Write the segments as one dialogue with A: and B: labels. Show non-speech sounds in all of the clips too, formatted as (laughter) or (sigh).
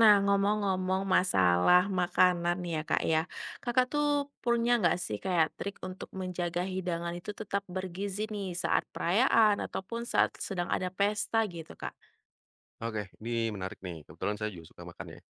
A: Nah, ngomong-ngomong masalah makanan ya, Kak, ya. Kakak tuh punya nggak sih kayak trik untuk menjaga hidangan itu tetap bergizi nih saat perayaan ataupun saat sedang ada pesta gitu, Kak?
B: Oke, ini menarik nih, kebetulan saya juga suka makan ya.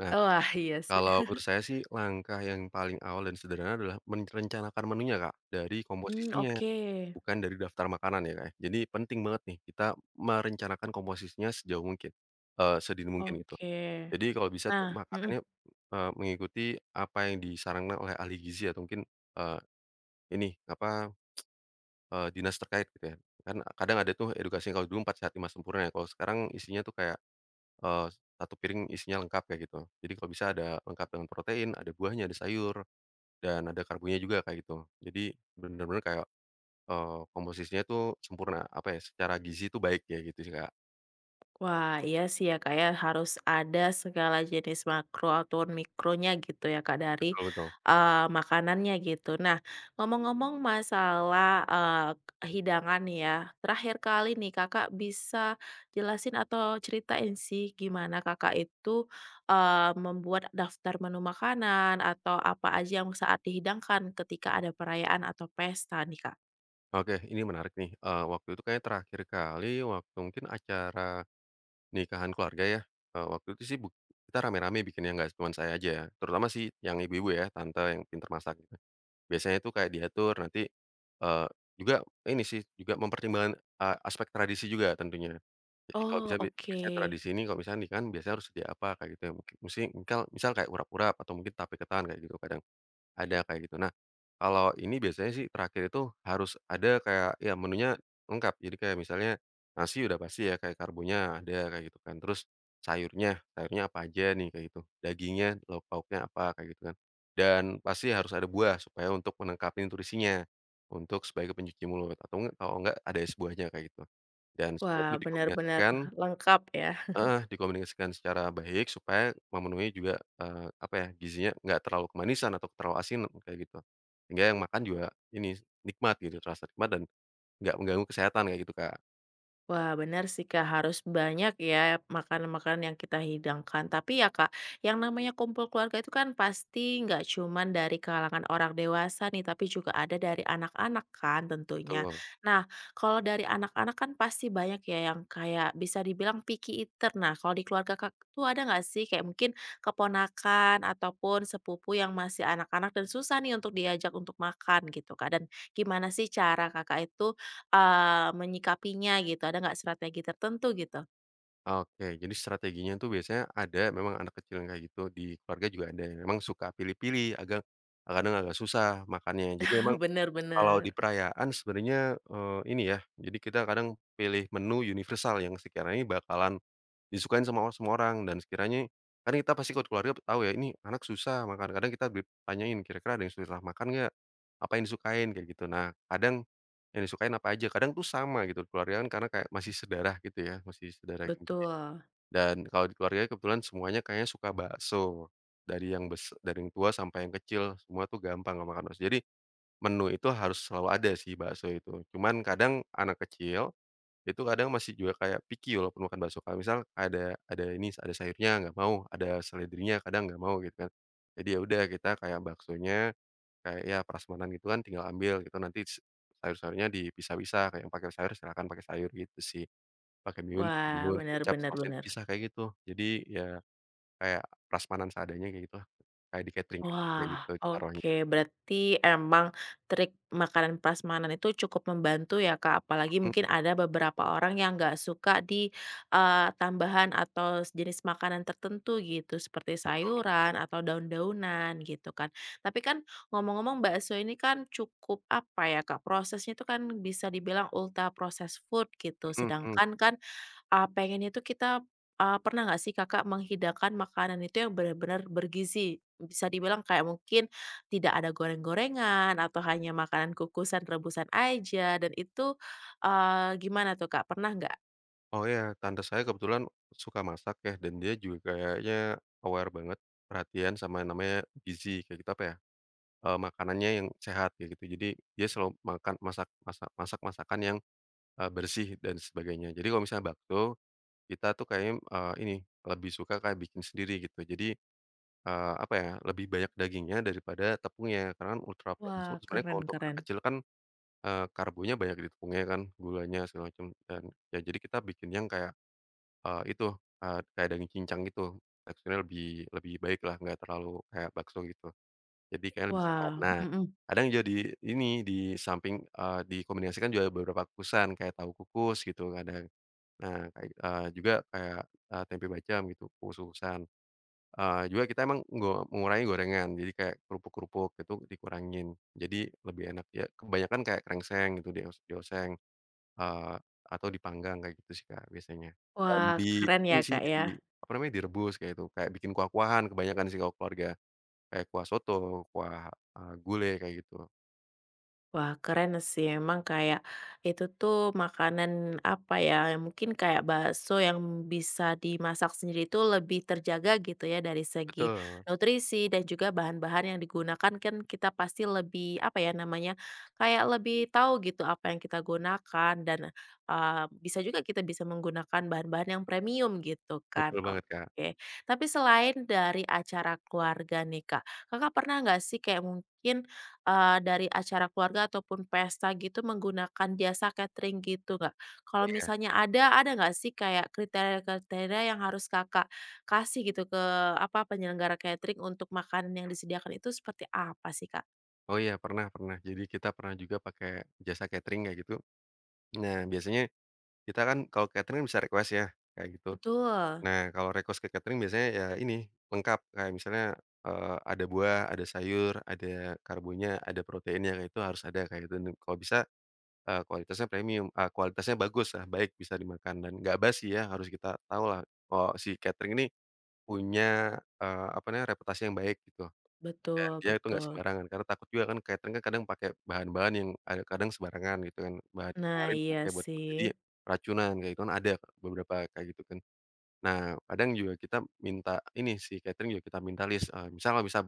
B: Nah,
A: Wah, iya sih.
B: kalau menurut saya sih langkah yang paling awal dan sederhana adalah merencanakan menunya, Kak, dari
A: Hmm,
B: komposisinya,
A: oke,
B: bukan dari daftar makanan ya, Kak, ya. Jadi penting banget nih kita merencanakan komposisinya sejauh mungkin, sedini mungkin gitu.
A: oke.
B: Jadi kalau bisa tuh
A: Nah, mhm.
B: makanannya, mengikuti apa yang disarankan oleh ahli gizi atau mungkin, eee, ini, apa, eee, dinas terkait gitu ya. Kan kadang ada tuh edukasi kalau dulu 4 sehat 5 sempurna ya, kalau sekarang isinya tuh kayak Eee, 1 piring isinya lengkap kayak gitu. Jadi kalau bisa ada lengkap dengan protein, ada buahnya, ada sayur, dan ada karbonya juga kayak gitu. Jadi bener-bener kayak, komposisinya tuh sempurna, apa ya, secara gizi tuh baik ya gitu sih, Kak.
A: Wah, iya sih ya Kak ya, harus ada segala jenis makro ataupun mikronya gitu ya Kak dari,
B: Betul betul.
A: makanannya gitu. Nah, ngomong-ngomong masalah, hidangan nih ya, terakhir kali nih Kakak bisa jelasin atau ceritain sih gimana Kakak itu, membuat daftar menu makanan atau apa aja yang saat dihidangkan ketika ada perayaan atau pesta nih Kak?
B: Oke, ini menarik nih, waktu itu kayaknya terakhir kali waktu mungkin acara nikahan keluarga ya, waktu itu sih kita rame-rame bikinnya nggak cuma saya aja ya, terutama sih yang ibu-ibu ya, tante yang pinter masak gitu. Biasanya itu kayak diatur nanti, eee, juga ini sih, juga mempertimbangkan, aspek tradisi juga tentunya. Jadi kalau bisa
A: Oh, oke.
B: biasanya tradisi ini kalau misalnya nikahan biasanya harus sedia apa, kayak gitu ya mungkin. Musi engkal misal kayak urap-urap atau mungkin tape ketan kayak gitu kadang. Ada kayak gitu. Nah, kalau ini biasanya sih terakhir itu harus ada kayak ya menunya lengkap. Jadi kayak misalnya nasi udah pasti ya kayak karbonya ada kayak gitu kan. Terus sayurnya, sayurnya apa aja nih kayak gitu. Dagingnya, lauk pauknya apa kayak gitu kan. Dan pasti harus ada buah supaya untuk melengkapi nutrisinya untuk sebagai pencuci mulut atau enggak kalau enggak ada es buahnya kayak gitu. Dan semua
A: Wah,
B: itu
A: benar-benar
B: dikombinasikan.
A: lengkap ya.
B: Heeh, dikomunikasikan secara baik supaya memenuhi juga, apa ya, gizinya nggak terlalu kemanisan atau terlalu asin kayak gitu. Sehingga yang makan juga ini, nikmat gitu, terasa nikmat dan nggak mengganggu kesehatan kayak gitu, Kak.
A: Wah, benar sih, Kak, harus banyak ya makanan-makanan yang kita hidangkan. Tapi ya, Kak, yang namanya kumpul keluarga itu kan pasti nggak cuman dari kalangan orang dewasa nih, tapi juga ada dari anak-anak kan tentunya.
B: Betul.
A: Nah, kalau dari anak-anak kan pasti banyak ya yang kayak bisa dibilang picky eater. Nah, kalau di keluarga Kak tuh ada nggak sih kayak mungkin keponakan ataupun sepupu yang masih anak-anak dan susah nih untuk diajak untuk makan gitu, Kak? Dan gimana sih cara Kakak itu menyikapinya gitu, ada nggak strategi tertentu gitu?
B: Oke, jadi strateginya tuh biasanya ada memang anak kecil yang kayak gitu, di keluarga juga ada yang memang suka pilih-pilih, agak kadang agak susah makannya. Jadi memang
A: (laughs) Bener
B: kalau di
A: bener,
B: perayaan sebenarnya, ini ya, jadi kita kadang pilih menu universal yang sekiranya bakalan disukain sama semua orang dan sekiranya kan kita pasti kalau keluarga tahu ya, ini anak susah makan, kadang kita tanyain, "Kira-kira ada yang susah makan nggak? Apa yang disukain?" Kayak gitu. Nah, kadang yang disukain apa aja, kadang tuh sama gitu di keluarga kan karena kayak masih sedarah gitu ya, masih sedarah gitu.
A: betul.
B: Dan kalau di keluarga kebetulan semuanya kayaknya suka bakso. Dari yang dari yang tua sampai yang kecil semua tuh gampang kalau makan bakso. Jadi menu itu harus selalu ada sih bakso itu. Cuman kadang anak kecil itu kadang masih juga kayak picky walaupun makan bakso, kalau misal ada ini, ada sayurnya nggak mau, ada seledrinya kadang nggak mau gitu kan. Jadi ya udah kita kayak baksonya, kayak ya prasmanan gitu kan tinggal ambil gitu, nanti sayur-sayurnya dipisah-pisah, kayak yang pakai sayur silakan pakai sayur gitu sih, pakai
A: Wah,
B: bihun, kecap,
A: bener-bener bener bener
B: sausnya
A: bener.
B: dipisah kayak gitu. Jadi ya kayak prasmanan seadanya kayak gitulah, kayak di kateringan kayak
A: Wah,
B: gitu taruhnya.
A: oke. Berarti emang trik makanan prasmanan itu cukup membantu ya, Kak. Apalagi
B: Mhm
A: mungkin ada beberapa orang yang nggak suka di tambahan atau jenis makanan tertentu gitu, seperti sayuran atau daun-daunan gitu kan. Tapi kan ngomong-ngomong bakso ini kan cukup apa ya, Kak, prosesnya itu kan bisa dibilang ultra processed food gitu.
B: mhm mhm.
A: Sedangkan kan pengennya itu kita pernah nggak sih Kakak menghidangkan makanan itu yang benar-benar bergizi? Bisa dibilang kayak mungkin tidak ada goreng-gorengan atau hanya makanan kukusan, rebusan aja dan itu, gimana tuh Kak, pernah nggak?
B: Oh iya, tante saya kebetulan suka masak ya, dan dia juga kayaknya aware banget, perhatian sama yang namanya gizi kayak gitu, apa ya, makanannya yang sehat kayak gitu. Jadi dia selalu makan masak masak masak masakan yang, bersih dan sebagainya. Jadi kalau misalnya bakso, kita tuh kayaknya, lebih suka kayak bikin sendiri gitu. Jadi, apa ya, lebih banyak dagingnya daripada tepungnya, karena kan ultra processed
A: Wah,
B: food sebenarnya kalau
A: keren
B: untuk anak
A: keren.
B: kecil kan, karbonya banyak di tepungnya kan, gulanya segala macam, dan ya jadi kita bikin yang kayak Eee, itu, kayak daging cincang gitu, teksturnya lebih lebih baik lah, nggak terlalu kayak bakso gitu, jadi kayak lebih sehat.
A: Wah,
B: Nah,
A: mhm.
B: kadang juga di ini, di samping, dikombinasikan juga beberapa kukusan, kayak tahu kukus gitu kadang. Nah, kayak, juga kayak, tempe bacem gitu, kukus-kukusan. Juga kita emang nggo mengurangi gorengan, jadi kayak kerupuk-kerupuk itu dikurangin, jadi lebih enak ya. Kebanyakan kayak krengseng gitu dioseng. Eee, atau dipanggang kayak gitu sih, Kak, biasanya. Dan
A: Wah,
B: di
A: keren
B: ini
A: ya
B: sih,
A: Kak ya.
B: di apa namanya, direbus kayak itu, kayak bikin kuah-kuahan kebanyakan sih kalau keluarga, kayak kuah soto, kuah, gulai kayak gitu.
A: Wah, keren sih emang kayak itu tuh makanan apa ya, yang mungkin kayak bakso yang bisa dimasak sendiri itu lebih terjaga gitu ya dari segi
B: Betul,
A: nutrisi dan juga bahan-bahan yang digunakan kan kita pasti lebih apa ya namanya, kayak lebih tahu gitu apa yang kita gunakan dan, bisa juga kita bisa menggunakan bahan-bahan yang premium gitu kan,
B: betul banget, Kak.
A: oke. Tapi selain dari acara keluarga nih Kak, Kakak pernah nggak sih kayak mungkin, eh dari acara keluarga ataupun pesta gitu menggunakan jasa catering gitu, nggak?
B: Oh,
A: Kalau
B: iya?
A: misalnya ada nggak sih kayak kriteria-kriteria yang harus Kakak kasih gitu ke, apa, penyelenggara catering untuk makanan yang disediakan itu seperti apa sih, Kak?
B: Oh iya, pernah pernah. Jadi kita pernah juga pakai jasa catering kayak gitu. Nah, biasanya kita kan kalau catering bisa request ya, kayak gitu.
A: Betul,
B: Nah, kalau request ke catering biasanya ya ini, lengkap kayak misalnya, ada buah, ada sayur, ada karbonya, ada proteinnya, kayak itu harus ada kayak gitu. Dan kalau bisa kualitasnya premium, kualitasnya bagus lah baik, bisa dimakan dan nggak basi ya, harus kita tahu lah oh, si catering ini punya, apa namanya, reputasi yang baik gitu, dan
A: betul
B: dia itu nggak
A: betul.
B: sembarangan. Karena takut juga kan catering kan kadang pakai bahan-bahan yang ada kadang sembarangan gitu kan, bahan yang
A: Nah,
B: kemarin
A: iya
B: pakai buat jadi
A: sih.
B: racunan, kayak itu kan ada beberapa kayak gitu kan. Nah, kadang juga kita minta ini si catering juga kita minta list, misal nggak bisa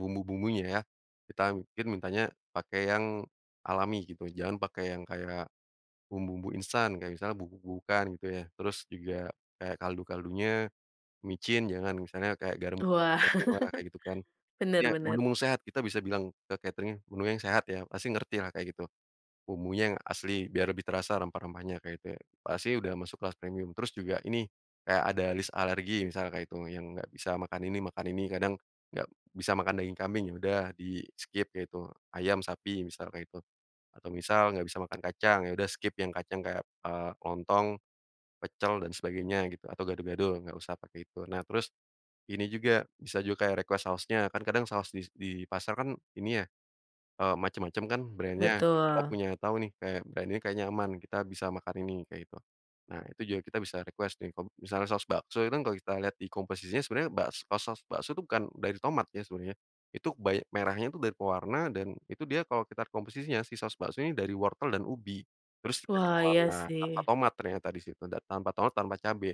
B: bumbu-bumbunya ya, kita mungkin mintanya pakai yang alami gitu, jangan pakai yang kayak bumbu-bumbu instan kayak misalnya bubuk-bubukan gitu ya, terus juga kayak kaldu-kaldunya, micin jangan, misalnya kayak garam
A: Wah,
B: dikurangin lah kayak gitu kan.
A: (laughs) bener
B: Ya
A: bener.
B: menu-menu sehat, kita bisa bilang ke cateringnya, "Menu yang sehat ya," pasti ngerti lah kayak gitu. Bumbunya yang asli biar lebih terasa rempah-rempahnya kayak gitu ya, pasti udah masuk kelas premium. Terus juga ini, kayak ada list alergi misal kayak itu yang nggak bisa makan ini, kadang nggak bisa makan daging kambing, ya udah di-skip kayak itu ayam, sapi misal kayak itu. Atau misal nggak bisa makan kacang, ya udah skip yang kacang kayak, lontong, pecel dan sebagainya gitu, atau gado-gado nggak usah pakai itu. Nah terus ini juga, bisa juga kayak request sausnya, kan kadang saus di pasar kan ini ya macem-macem kan brand-nya, kita
A: Betul.
B: punya tahu nih kayak brand ini kayaknya aman, kita bisa makan ini, kayak gitu. Nah itu juga kita bisa request nih kalau misalnya saus bakso itu kan kalau kita lihat di komposisinya sebenarnya kalau saus bakso itu bukan dari tomat ya sebenarnya, itu banyak merahnya itu dari pewarna dan itu dia kalau kita lihat komposisinya si saus bakso ini dari wortel dan ubi, terus dikasih
A: Wah, iya
B: pewarna
A: sih.
B: tanpa tomat ternyata di situ, dan tanpa tomat, tanpa cabe.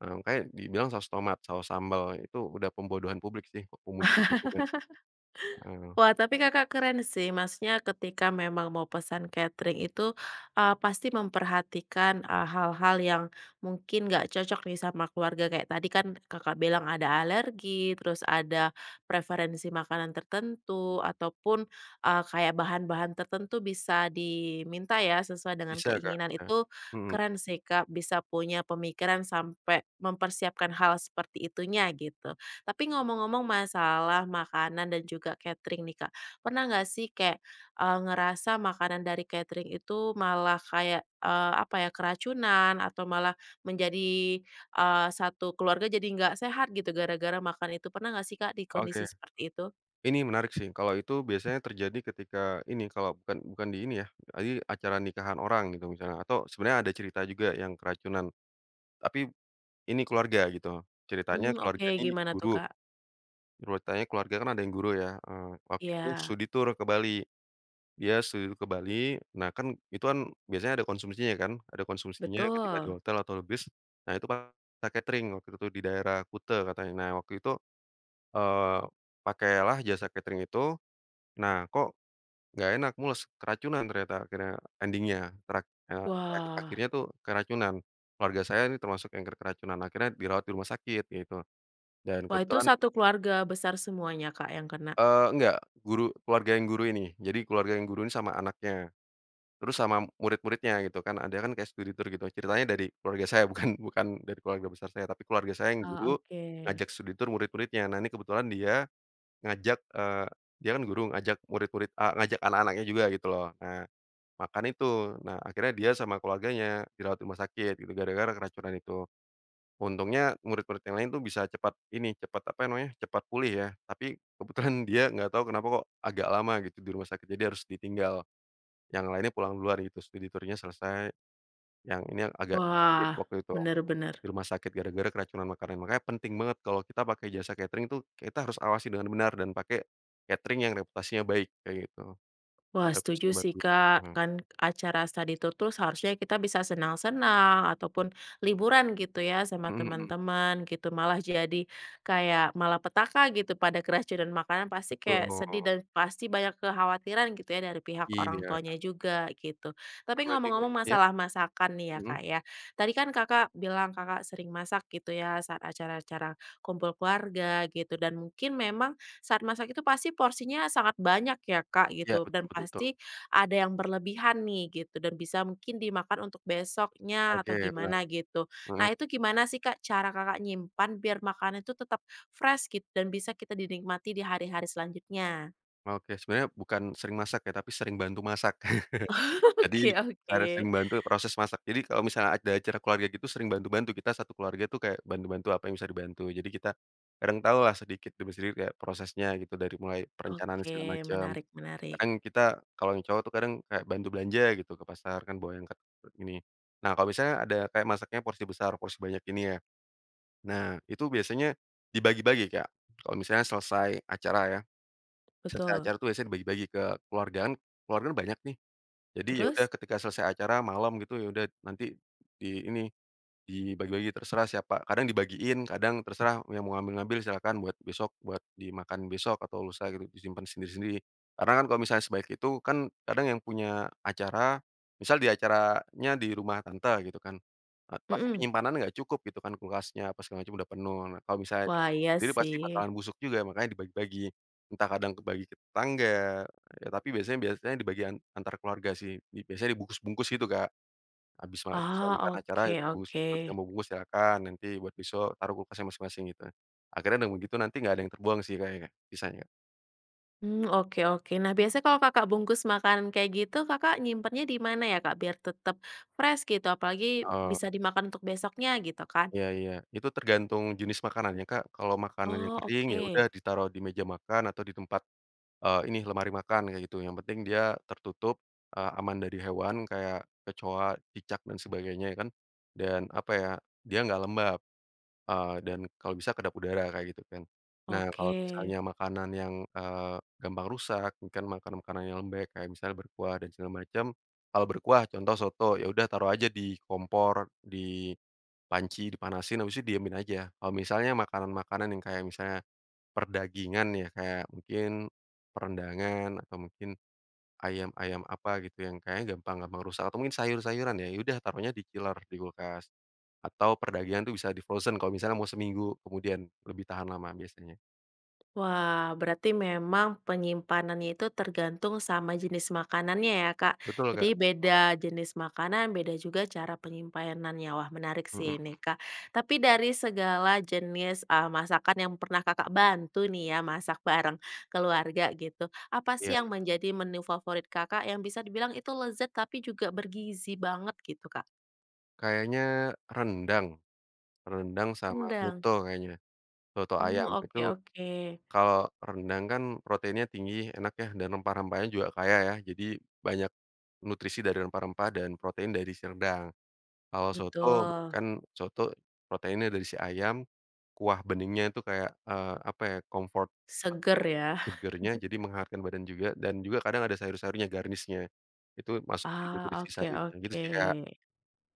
B: Nah makanya dibilang saus tomat, saus sambal, itu udah pembodohan publik sih, (unintelligible) pembodohan lingkungan. Heeh,
A: Wah, tapi Kakak keren sih, maksudnya ketika memang mau pesan catering itu, pasti memperhatikan, hal-hal yang mungkin nggak cocok nih sama keluarga, kayak tadi kan Kakak bilang ada alergi, terus ada preferensi makanan tertentu, ataupun, kayak bahan-bahan tertentu bisa diminta ya, sesuai dengan
B: bisa Kak,
A: keinginan.
B: bisa.
A: Itu
B: Mhm.
A: keren sih Kak, bisa punya pemikiran sampai mempersiapkan hal seperti itunya, gitu. Tapi ngomong-ngomong masalah makanan dan juga catering nih, Kak. Pernah nggak sih kayak, ngerasa makanan dari catering itu malah kayak, apa ya, keracunan atau malah menjadi, satu keluarga jadi nggak sehat gitu gara-gara makan itu. Pernah nggak sih, Kak, di kondisi
B: Oke,
A: seperti itu?
B: ini menarik sih, kalau itu biasanya terjadi ketika ini, kalau bukan bukan di ini ya, tadi acara nikahan orang gitu misalnya, atau sebenarnya ada cerita juga yang keracunan, tapi ini keluarga gitu, ceritanya
A: Hmm, oke,
B: keluarga ini
A: gimana tuh,
B: guru,
A: Kak?
B: ceritanya keluarga kan ada yang guru ya, waktu itu
A: Iya,
B: studi tour ke Bali, dia studi tur ke Bali, nah kan itu kan biasanya ada konsumsinya kan, ada konsumsinya ketika di
A: betul.
B: hotel atau di bis, nah itu pakai catering waktu itu di daerah Kuta katanya. Nah waktu itu, eee, pakailah jasa catering itu, nah kok nggak enak, mules, keracunan ternyata akhirnya ending-nya, terak eee, ak
A: Wah.
B: akhirnya tuh keracunan. Keluarga saya ini termasuk yang keracunan, akhirnya dirawat di rumah sakit gitu, dan
A: Wah, itu
B: kebetulan
A: satu keluarga besar semuanya, Kak, yang kena?
B: enggak, guru keluarga yang guru ini. Jadi keluarga yang guru ini sama anaknya, terus sama murid-muridnya gitu kan, ada kan kayak studi tour gitu. Ceritanya dari keluarga saya, (laughs) bukan bukan dari keluarga besar saya, tapi keluarga saya yang
A: Ah,
B: guru
A: oke.
B: ngajak studi tour murid-muridnya. Nah, ini kebetulan dia ngajak eee, dia kan guru, ngajak murid-murid a ngajak anak-anaknya juga gitu loh. Nah makan itu. Nah, akhirnya dia sama keluarganya dirawat rumah sakit gitu, gara-gara keracunan itu. Untungnya murid-murid yang lain tuh bisa cepat ini, cepat apa namanya, cepat pulih ya, tapi kebetulan dia nggak tahu kenapa kok agak lama gitu di rumah sakit, jadi harus ditinggal. Yang lainnya pulang duluan gitu, studi tournya selesai, yang ini yang agak intensif
A: Wah,
B: waktu itu
A: bener bener.
B: di rumah sakit gara-gara keracunan makanan. Makanya penting banget kalau kita pakai jasa catering tuh kita harus awasi dengan benar dan pakai catering yang reputasinya baik kayak gitu,
A: Wah,
B: reputasinya
A: setuju sih,
B: bagus. Mhm,
A: Kak. Kan acara study tour tuh seharusnya kita bisa senang-senang ataupun liburan gitu ya sama
B: mhm mhm,
A: teman-teman gitu. Malah jadi kayak malapetaka gitu pada keracunan makanan pasti kayak
B: betul,
A: sedih dan pasti banyak kekhawatiran gitu ya dari pihak orang
B: iya.
A: tuanya juga gitu. Tapi
B: Pernah juga
A: ngomong-ngomong
B: ya?
A: masalah masakan nih ya,
B: Mhm,
A: Kak ya. Tadi kan Kakak bilang Kakak sering masak gitu ya saat acara-acara kumpul keluarga gitu dan mungkin memang saat masak itu pasti porsinya sangat banyak ya, Kak,
B: iya
A: gitu,
B: betul
A: dan
B: betul betul.
A: pasti ada yang berlebihan nih gitu dan bisa mungkin dimakan untuk besoknya
B: Oke
A: atau
B: benar,
A: gimana gitu.
B: mhm,
A: Nah, itu gimana sih, Kak, cara Kakak nyimpan biar makanan itu tetap fresh gitu dan bisa kita dinikmati di hari-hari selanjutnya?
B: oke sebenarnya bukan sering masak ya, tapi sering bantu masak. (laughs)
A: (laughs)
B: Jadi
A: Oke oke.
B: karena sering bantu proses masak. Jadi kalau misalnya ada acara keluarga gitu sering bantu-bantu, kita satu keluarga tuh kayak bantu-bantu apa yang bisa dibantu. Jadi kita kadang tahulah sedikit demi sedikit kayak prosesnya gitu dari mulai perencanaan
A: Oke,
B: segala macam.
A: menarik menarik.
B: Kadang kita kalau yang cowok tuh kadang kayak bantu belanja gitu ke pasar kan bawa yang ke ini. Nah kalau misalnya ada kayak masaknya porsi besar, porsi banyak ini ya. Nah, itu biasanya dibagi-bagi, Kak. Kalau misalnya selesai acara ya, selesai
A: Betul.
B: acara tuh biasanya dibagi-bagi ke keluargaan keluargaan banyak nih. Jadi ya udah
A: Terus?
B: ketika selesai acara malam gitu, ya udah nanti di ini, dibagi-bagi terserah siapa, kadang dibagiin, kadang terserah yang mau ngambil-ngambil silakan buat besok, buat dimakan besok atau lusa gitu, disimpan sendiri-sendiri. Karena kan kalau misalnya sebaik itu kan kadang yang punya acara, misal di acaranya di rumah tante gitu kan, pasti
A: Mhm.
B: penyimpanan nggak cukup gitu kan kulkasnya apa segala macam udah penuh. Nah kalau misalnya
A: Wah, iya
B: sendiri pasti
A: sih.
B: bakalan busuk juga makanya dibagi-bagi, entah kadang kebagi ke tetangga, ya tapi biasanya biasanya dibagi an antar keluarga sih, di biasanya dibungkus-bungkus gitu, Kak. Habis
A: Ah,
B: selesai acara
A: oke
B: itu
A: oke.
B: dibungkus-bungkus, yang mau bungkus silakan, nanti buat besok taruh kulkasnya masing-masing gitu. Akhirnya dengan begitu nanti nggak ada yang terbuang sih Kak, ya Kak, sisanya.
A: Hmm, oke oke. Nah, biasanya kalau Kakak bungkus makanan kayak gitu, Kakak nyimpennya di mana ya, Kak, biar tetap fresh gitu, apalagi
B: Oh,
A: bisa dimakan untuk besoknya gitu
B: heeh,
A: kan?
B: iya iya, itu tergantung jenis makanannya Kak, kalau makanan yang
A: Oh,
B: kering ya udah
A: oke.
B: ditaruh di meja makan atau di tempat, ini lemari makan kayak gitu, yang penting dia tertutup, aman dari hewan kayak kecoa, cicak dan sebagainya ya kan, dan apa ya, dia nggak lembab. Dan kalau bisa kedap udara kayak gitu kan. Nah
A: Oke.
B: kalau misalnya makanan yang, gampang rusak, mungkin makanan-makanan yang lembek kayak misalnya berkuah dan segala macam. Kalau berkuah contoh soto, ya udah taruh aja di kompor, di panci, dipanasin habis itu diemin aja. Kalau misalnya makanan-makanan yang kayak misalnya perdagingan ya, kayak mungkin perendangan atau mungkin ayam-ayam apa gitu yang kayaknya gampang gampang rusak atau mungkin sayur-sayuran ya, ya udah taruhnya di chiller, di kulkas. Atau perdagangan tuh bisa di-frozen kalau misalnya mau seminggu kemudian, lebih tahan lama biasanya.
A: Wah, berarti memang penyimpanannya itu tergantung sama jenis makanannya ya, Kak.
B: Betul,
A: Jadi
B: Kak,
A: beda jenis makanan, beda juga cara penyimpanannya. Wah, menarik sih
B: mhm,
A: ini, Kak. Tapi dari segala jenis, masakan yang pernah Kakak bantu nih ya, masak bareng keluarga gitu, apa sih
B: iya.
A: yang menjadi menu favorit Kakak yang bisa dibilang itu lezat tapi juga bergizi banget gitu, Kak?
B: Kayaknya rendang, rendang sama
A: Rendang.
B: soto kayaknya, soto
A: Hmm,
B: ayam. Itu
A: oke oke.
B: kalau rendang kan proteinnya tinggi, enak ya, dan rempah-rempahnya juga kaya ya, jadi banyak nutrisi dari rempah-rempah dan protein dari si rendang. Kalau soto
A: Betul.
B: kan soto proteinnya dari si ayam, kuah beningnya itu kayak, apa ya, comfort food
A: Seger
B: ya,
A: ya.
B: segernya jadi menghangatkan badan juga dan juga kadang ada sayur-sayurnya, garnish-nya. Itu masuk di
A: Ah,
B: nutrisi
A: oke
B: sayurnya gitu
A: oke.
B: sih, Kak.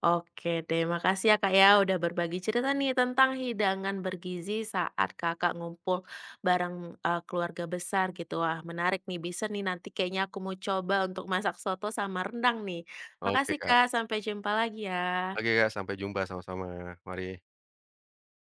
A: Oke deh, makasih ya Kak ya udah berbagi cerita nih tentang hidangan bergizi saat Kakak ngumpul bareng, keluarga besar gitu. Wah, menarik nih, bisa nih nanti kayaknya aku mau coba untuk masak soto sama rendang nih.
B: Oke,
A: Makasih
B: Kak.
A: Kak, sampai jumpa lagi
B: Oke,
A: ya.
B: Kak, sampai jumpa sama-sama. Mari.